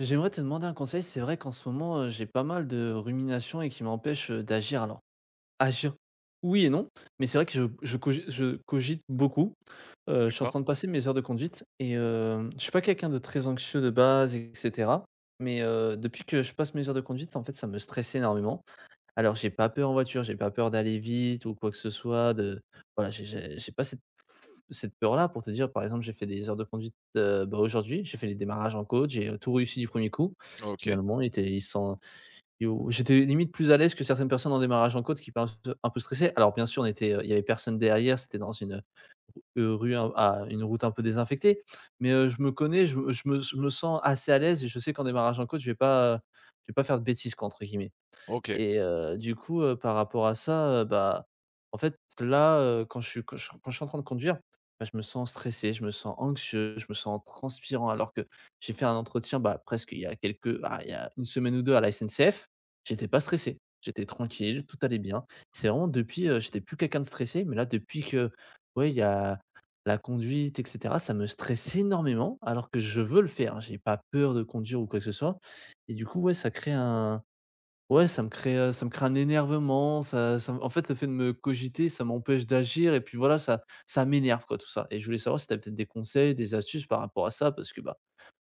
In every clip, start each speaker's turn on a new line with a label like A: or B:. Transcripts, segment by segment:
A: J'aimerais te demander un conseil. C'est vrai qu'en ce moment, j'ai pas mal de ruminations et qui m'empêchent, d'agir. Alors, agir, oui et non, mais c'est vrai que je cogite beaucoup. Je suis en
B: D'accord.
A: train de passer mes heures de conduite et je suis pas quelqu'un de très anxieux de base et cetera, mais depuis que je passe mes heures de conduite, en fait, ça me stresse énormément. Alors j'ai pas peur en voiture, j'ai pas peur d'aller vite ou quoi que ce soit, de voilà, j'ai pas cette peur-là pour te dire, par exemple, j'ai fait des heures de conduite, bah, aujourd'hui, j'ai fait les démarrages en côte, j'ai, tout réussi du premier coup.
B: OK.
A: Finalement, il était ils sont ils j'étais limite plus à l'aise que certaines personnes en démarrage en côte qui paraissent un peu stressées. Alors bien sûr, on était, il y avait personne derrière, c'était dans une route un peu désinfectée, mais, je me connais, je me sens assez à l'aise et je sais qu'en démarrage en côte, je vais pas faire de «bêtises» quoi, entre guillemets.
B: OK.
A: Et du coup, par rapport à ça, bah, en fait, là, quand je suis en train de conduire, bah, je me sens stressé, je me sens anxieux, je me sens transpirant alors que j'ai fait un entretien, bah, presque il y a il y a une semaine ou 2 à la SNCF, j'étais pas stressé, j'étais tranquille, tout allait bien. C'est vraiment depuis, j'étais plus quelqu'un de stressé, mais là depuis que, ouais, il y a la conduite et cetera, ça me stresse énormément alors que je veux le faire, hein. J'ai pas peur de conduire ou quoi que ce soit et du coup, ouais, ça me crée un énervement, ça ça me en fait, le fait de me cogiter, ça m'empêche d'agir et puis voilà, ça m'énerve quoi tout ça et je voulais savoir si tu peut-être des conseils, des astuces par rapport à ça? Parce que, bah,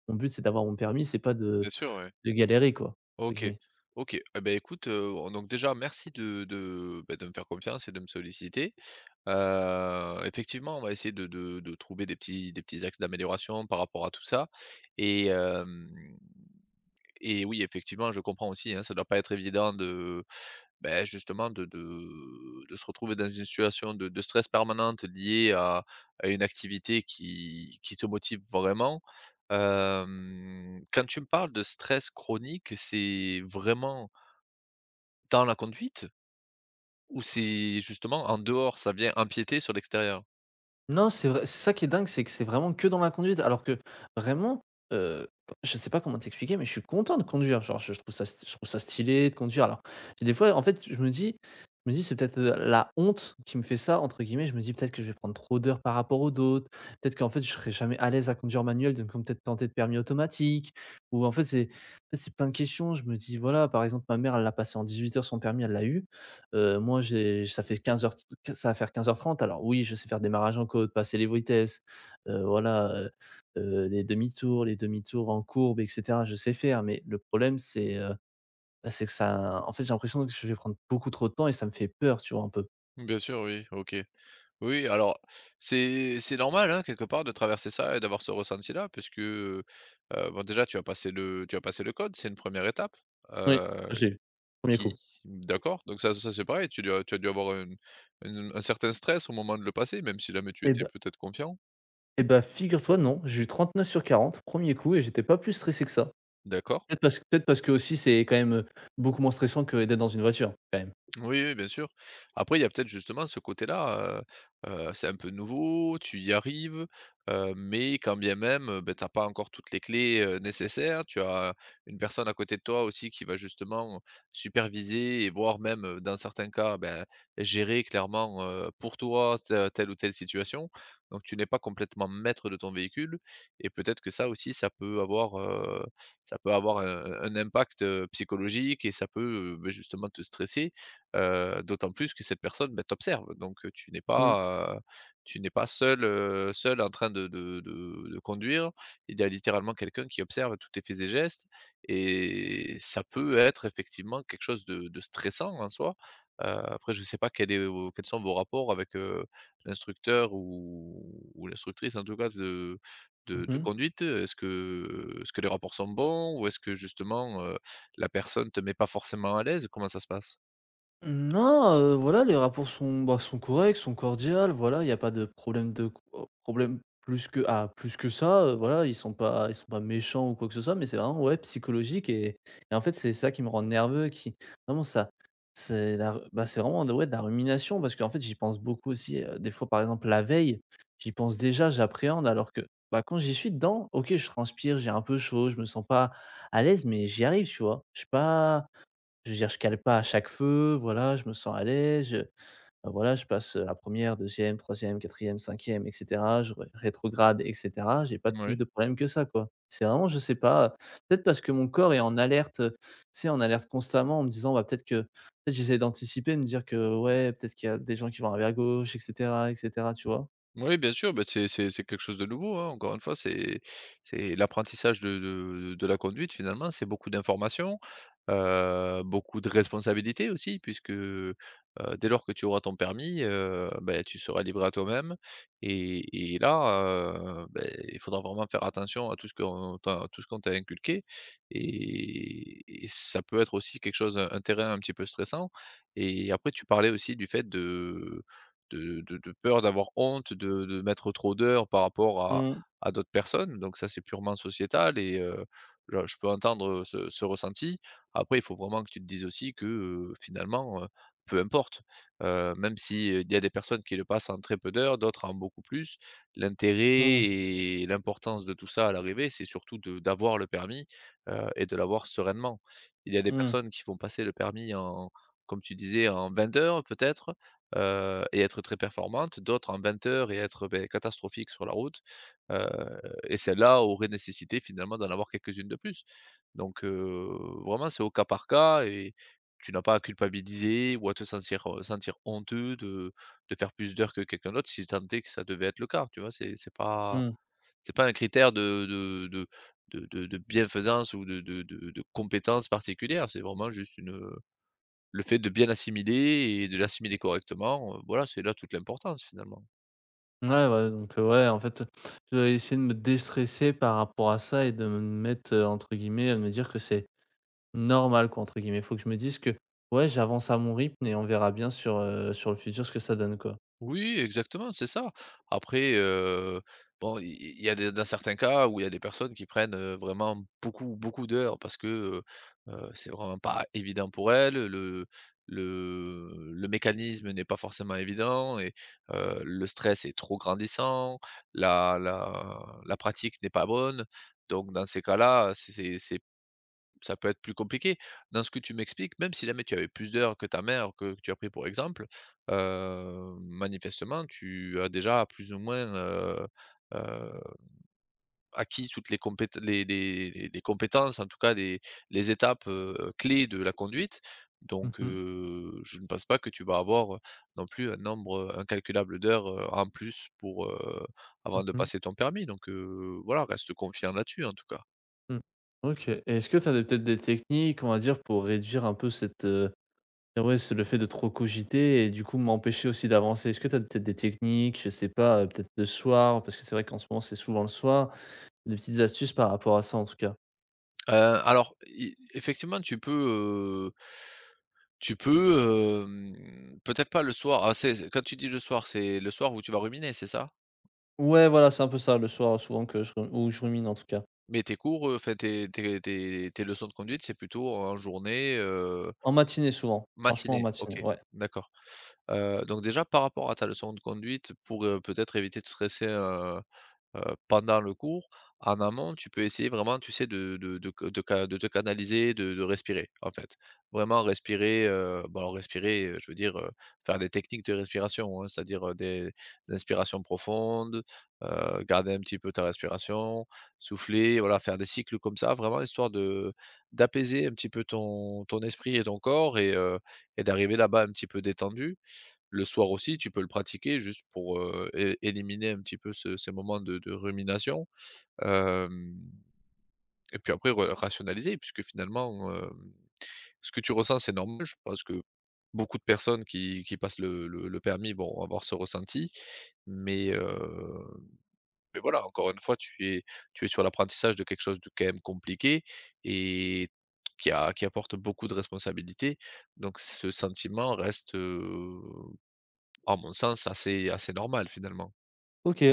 A: mon but, c'est d'avoir mon permis, c'est pas
B: Bien
A: de
B: sûr, ouais.
A: de galérer quoi, entre
B: OK.
A: guillemets.
B: OK. Eh beh, écoute, donc déjà merci de me faire confiance et de me solliciter. Effectivement, on va essayer de trouver des petits axes d'amélioration par rapport à tout ça et hem et oui, effectivement, je comprends aussi, hein, ça doit pas être évident de. Justement, de se retrouver dans une situation de stress permanente liée à une activité qui te motive vraiment. Quand tu me parles de stress chronique, c'est vraiment dans la conduite ou c'est justement en dehors, ça vient empiéter sur l'extérieur?
A: Non, c'est vrai, c'est ça qui est dingue, c'est que c'est vraiment que dans la conduite, alors que vraiment, heu, je sais pas comment t'expliquer, mais je suis content de conduire. Genre je trouve ça stylé de conduire. Alors, j'ai des fois, en fait, je me dis: «C'est peut-être, la honte qui me fait ça» entre guillemets. Je me dis: «Peut-être que je vais prendre trop d'heures par rapport aux autres. Peut-être qu'en fait, je serai jamais à l'aise à conduire manuel, donc ils vont peut-être tenter de permis automatique» ou en fait, c'est plein de questions. Je me dis voilà, par exemple, ma mère, elle l'a passé en 18 heures son permis, elle l'a eu. Moi, j'ai ça fait 15:00 t ça va faire 15:30. Alors oui, je sais faire démarrage en côte, passer les vitesses, voilà, les demi-tours en courbe et cetera, je sais faire. Mais le problème, c'est, bah, c'est que ça en fait, j'ai l'impression que je vais prendre beaucoup trop de temps et ça me fait peur, tu vois, un peu.
B: Bien sûr, oui, OK. Oui, alors c'est normal, hein, quelque part de traverser ça et d'avoir ce ressenti-là puisque, bon, déjà tu as passé le tu as passé le code, c'est une première étape.
A: Oui,
B: Heu
A: ça, j'ai eu. 1 coup.
B: Qui d'accord, donc ça ça c'est pareil, tu dois tu as dû avoir un une un certain stress au moment de le passer, même si jamais tu
A: Eh
B: étais
A: ben,
B: peut-être confiant,
A: et bah, figure-toi, non, j'ai eu 39 sur 40, premier coup et j'étais pas plus stressé que ça.
B: d'accord.
A: Peut-être parce qu'aussi, c'est quand même, beaucoup moins stressant que d'être dans une voiture, quand même.
B: Oui, oui, bien sûr. Après, il y a peut-être justement ce côté-là, c'est un peu nouveau, tu y arrives, mais quand bien même, beh, tu pas encore toutes les clés, nécessaires. Tu as une personne à côté de toi aussi qui va justement superviser et voire même, dans certains cas, ben, gérer clairement, pour toi te telle ou telle situation. Donc tu n'es pas complètement maître de ton véhicule et peut-être que ça aussi, ça peut avoir un impact, psychologique et ça peut, beh, justement te stresser. D'autant plus que cette personne, bah, t'observe, donc
A: Mmh.
B: tu n'es pas seul, seul en train de conduire. Il y a littéralement quelqu'un qui observe tous tes faits et gestes et ça peut être effectivement quelque chose de stressant en soi. Après, je ne sais pas quel est vos quels sont vos rapports avec, l'instructeur ou l'instructrice en tout cas de
A: Mmh.
B: conduite. Est-ce que les rapports sont bons ou est-ce que justement, la personne te met pas forcément à l'aise? Comment ça se passe?
A: Non, voilà, les rapports sont, bah, sont corrects, sont cordiales, voilà, il n'y a pas de problème de co problème plus que plus que ça, voilà, ils sont pas méchants ou quoi que ce soit, mais c'est vraiment, ouais, psychologique et en fait, c'est ça qui me rend nerveux, qui vraiment ça c'est la r bah, c'est vraiment de ouais, de la rumination parce qu'en fait, j'y pense beaucoup aussi, des fois, par exemple, la veille, j'y pense déjà, j'appréhende alors que, bah, quand j'y suis dedans, OK, je transpire, j'ai un peu chaud, je me sens pas à l'aise, mais j'y arrive, tu vois? Je suis pas, je veux dire, je cale pas à chaque feu, voilà, je me sens à l'aise, je bah, voilà, je passe, la première, deuxième, troisième, quatrième, cinquième, e et cetera, je ré rétrograde et cetera. J'ai pas de plus
B: Oui.
A: de problème que ça, quoi. C'est vraiment, je sais pas, peut-être parce que mon corps est en alerte, tu sais, en alerte constamment en me disant: «Bah, peut-être que» peut-être j'essaie d'anticiper, de me dire que: «Ouais, peut-être qu'il y a des gens qui vont arriver à gauche et cetera», tu vois?
B: Oui, bien sûr, bah, c'est quelque chose de nouveau, hein. Encore une fois, c'est l'apprentissage de la conduite finalement, c'est beaucoup d'informations, beaucoup de responsabilités aussi puisque, dès lors que tu auras ton permis, beh, tu seras livré à toi-même et là, beh, il faudra vraiment faire attention à tout ce qu'on t'a tout ce qu'on t'a inculqué et ça peut être aussi quelque chose un terrain un petit peu stressant et après tu parlais aussi du fait de de peur d'avoir honte, de mettre trop d'heures par rapport
A: Mmh,
B: à d'autres personnes. Donc ça, c'est purement sociétal et je peux entendre ce ce ressenti. Après, il faut vraiment que tu te dises aussi que, finalement, peu importe, même si, il y a des personnes qui le passent en très peu d'heures, d'autres en beaucoup plus, l'intérêt
A: mmh,
B: et l'importance de tout ça à l'arrivée, c'est surtout de d'avoir le permis, et de l'avoir sereinement. Il y a des
A: mmh,
B: personnes qui vont passer le permis en comme tu disais, en 20 heures peut-être, et être très performante, d'autres en 20 heures et être, beh, catastrophiques sur la route, heu et celles-là auraient nécessité finalement d'en avoir quelques-unes de plus. Donc vraiment c'est au cas par cas et tu n'as pas à culpabiliser ou à te sentir, sentir honteux de faire plus d'heures que quelqu'un d'autre si tant est que ça devait être le cas, tu vois?
A: mmh.
B: C'est pas un critère de bienfaisance ou de compétence particulière, c'est vraiment juste une, le fait de bien l'assimiler et de l'assimiler correctement, voilà, c'est là toute l'importance finalement.
A: Ouais, ouais, donc ouais, en fait, je vais essayer de me déstresser par rapport à ça et de me mettre, entre guillemets, de me dire que c'est normal quoi, entre guillemets. Faut que je me dise que: «Ouais, j'avance à mon rythme et on verra bien sur, sur le futur ce que ça donne», quoi.
B: Oui, exactement, c'est ça. Après, bon, il y a des dans certains cas où il y a des personnes qui prennent, vraiment beaucoup, beaucoup d'heures parce que, c'est vraiment pas évident pour elles, le le mécanisme n'est pas forcément évident et le stress est trop grandissant, la la la pratique n'est pas bonne. Donc dans ces cas-là, c'est ça peut être plus compliqué. Dans ce que tu m'expliques, même si jamais tu avais plus d'heures que ta mère, que tu as pris pour exemple, manifestement, tu as déjà plus ou moins, heu, acquis toutes les compét les compétences, en tout cas les étapes, clés de la conduite.
A: Mmh
B: Donc
A: mh.
B: je ne pense pas que tu vas avoir, non plus un nombre incalculable d'heures, en plus pour, avant de
A: Mmh.
B: passer ton permis. Donc voilà, reste confiant là-dessus, en tout cas.
A: Mmh. OK, et est-ce que tu as peut-être des techniques, on va dire, pour réduire un peu cette, ouais, c'est le fait de trop cogiter et du coup m'empêcher aussi d'avancer? Est-ce que tu as peut-être des techniques, je sais pas, peut-être le soir? Parce que c'est vrai qu'en ce moment, c'est souvent le soir. Des petites astuces par rapport à ça, en tout cas.
B: Heu, alors, i effectivement, tu peux, peut-être pas le soir. Ah, c'est quand tu dis le soir, c'est le soir où tu vas ruminer, c'est ça?
A: Ouais, voilà, c'est un peu ça, le soir, souvent que je re où je rumine, en tout cas.
B: Mais tes cours, enfin tes leçons de conduite, c'est plutôt en journée,
A: En matinée, souvent. Franchement, en
B: matinée?
A: matinée,
B: OK,
A: ouais.
B: d'accord. Donc déjà, par rapport à ta leçon de conduite, pour, peut-être éviter de stresser, heu, pendant le cours, en amont, tu peux essayer vraiment, tu sais, de te canaliser, de respirer, en fait. Vraiment respirer, bon, alors respirer, je veux dire, faire des techniques de respiration, hein, c'est-à-dire, des inspirations profondes, garder un petit peu ta respiration, souffler, voilà, faire des cycles comme ça, vraiment histoire de d'apaiser un petit peu ton ton esprit et ton corps et d'arriver là-bas un petit peu détendu. Le soir aussi, tu peux le pratiquer juste pour, é éliminer un petit peu ce ces moments de rumination, hem et puis après re rationaliser puisque finalement, ce que tu ressens, c'est normal. Je pense que beaucoup de personnes qui passent le permis vont avoir ce ressenti, mais heu, mais voilà, encore une fois, tu es sur l'apprentissage de quelque chose de quand même compliqué et qui a qui apporte beaucoup de responsabilités, donc ce sentiment reste, à mon sens assez assez normal finalement.
A: OK.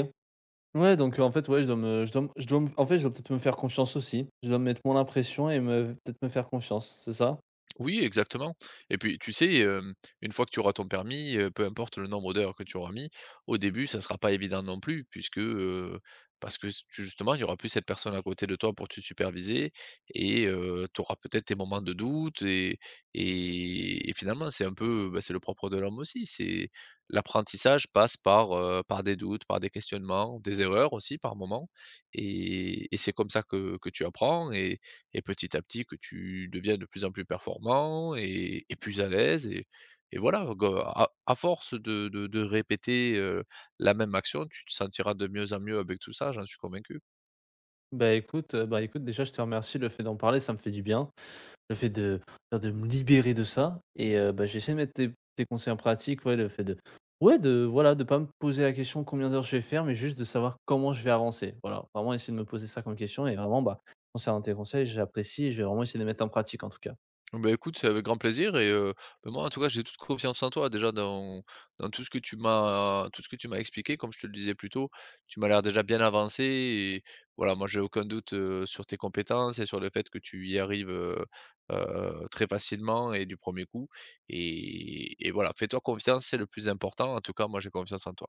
A: Ouais, donc en fait, ouais, je dois me je dois me je dois me en fait, je dois peut-être me faire confiance aussi. Je dois mettre mon impression et me peut-être me faire confiance, c'est ça?
B: Oui, exactement. Et puis, tu sais, une fois que tu auras ton permis, peu importe le nombre d'heures que tu auras mis, au début, ça ne sera pas évident non plus puisque, parce que s justement, il y aura plus cette personne à côté de toi pour te superviser et tu auras peut-être tes moments de doute et finalement, c'est un peu, bah, c'est le propre de l'homme aussi. C'est l'apprentissage passe par, par des doutes, par des questionnements, des erreurs aussi par moments et c'est comme ça que tu apprends et petit à petit que tu deviens de plus en plus performant et plus à l'aise et voilà, go à force de répéter, la même action, tu te sentiras de mieux en mieux avec tout ça, j'en suis convaincu.
A: Bah, écoute, déjà, je te remercie. Le fait d'en parler, ça me fait du bien. Le fait de enfin, de me libérer de ça et bah, j'essaie de mettre tes conseils en pratique, ouais, le fait de ouais, de voilà, de pas me poser la question: «Combien d'heures je vais faire?» mais juste de savoir comment je vais avancer. Voilà, vraiment essayer de me poser ça comme question et vraiment, bah, concernant tes conseils, j'apprécie et je vais vraiment essayer de les mettre en pratique, en tout cas.
B: Bah, écoute, c'est avec grand plaisir et bah, moi en tout cas, j'ai toute confiance en toi déjà dans dans tout ce que tu m'as tout ce que tu m'as expliqué. Comme je te le disais plus tôt, tu m'as l'air déjà bien avancé et voilà, moi j'ai aucun doute, sur tes compétences et sur le fait que tu y arrives, très facilement et du premier coup et voilà, fais-toi confiance, c'est le plus important. En tout cas, moi j'ai confiance en toi.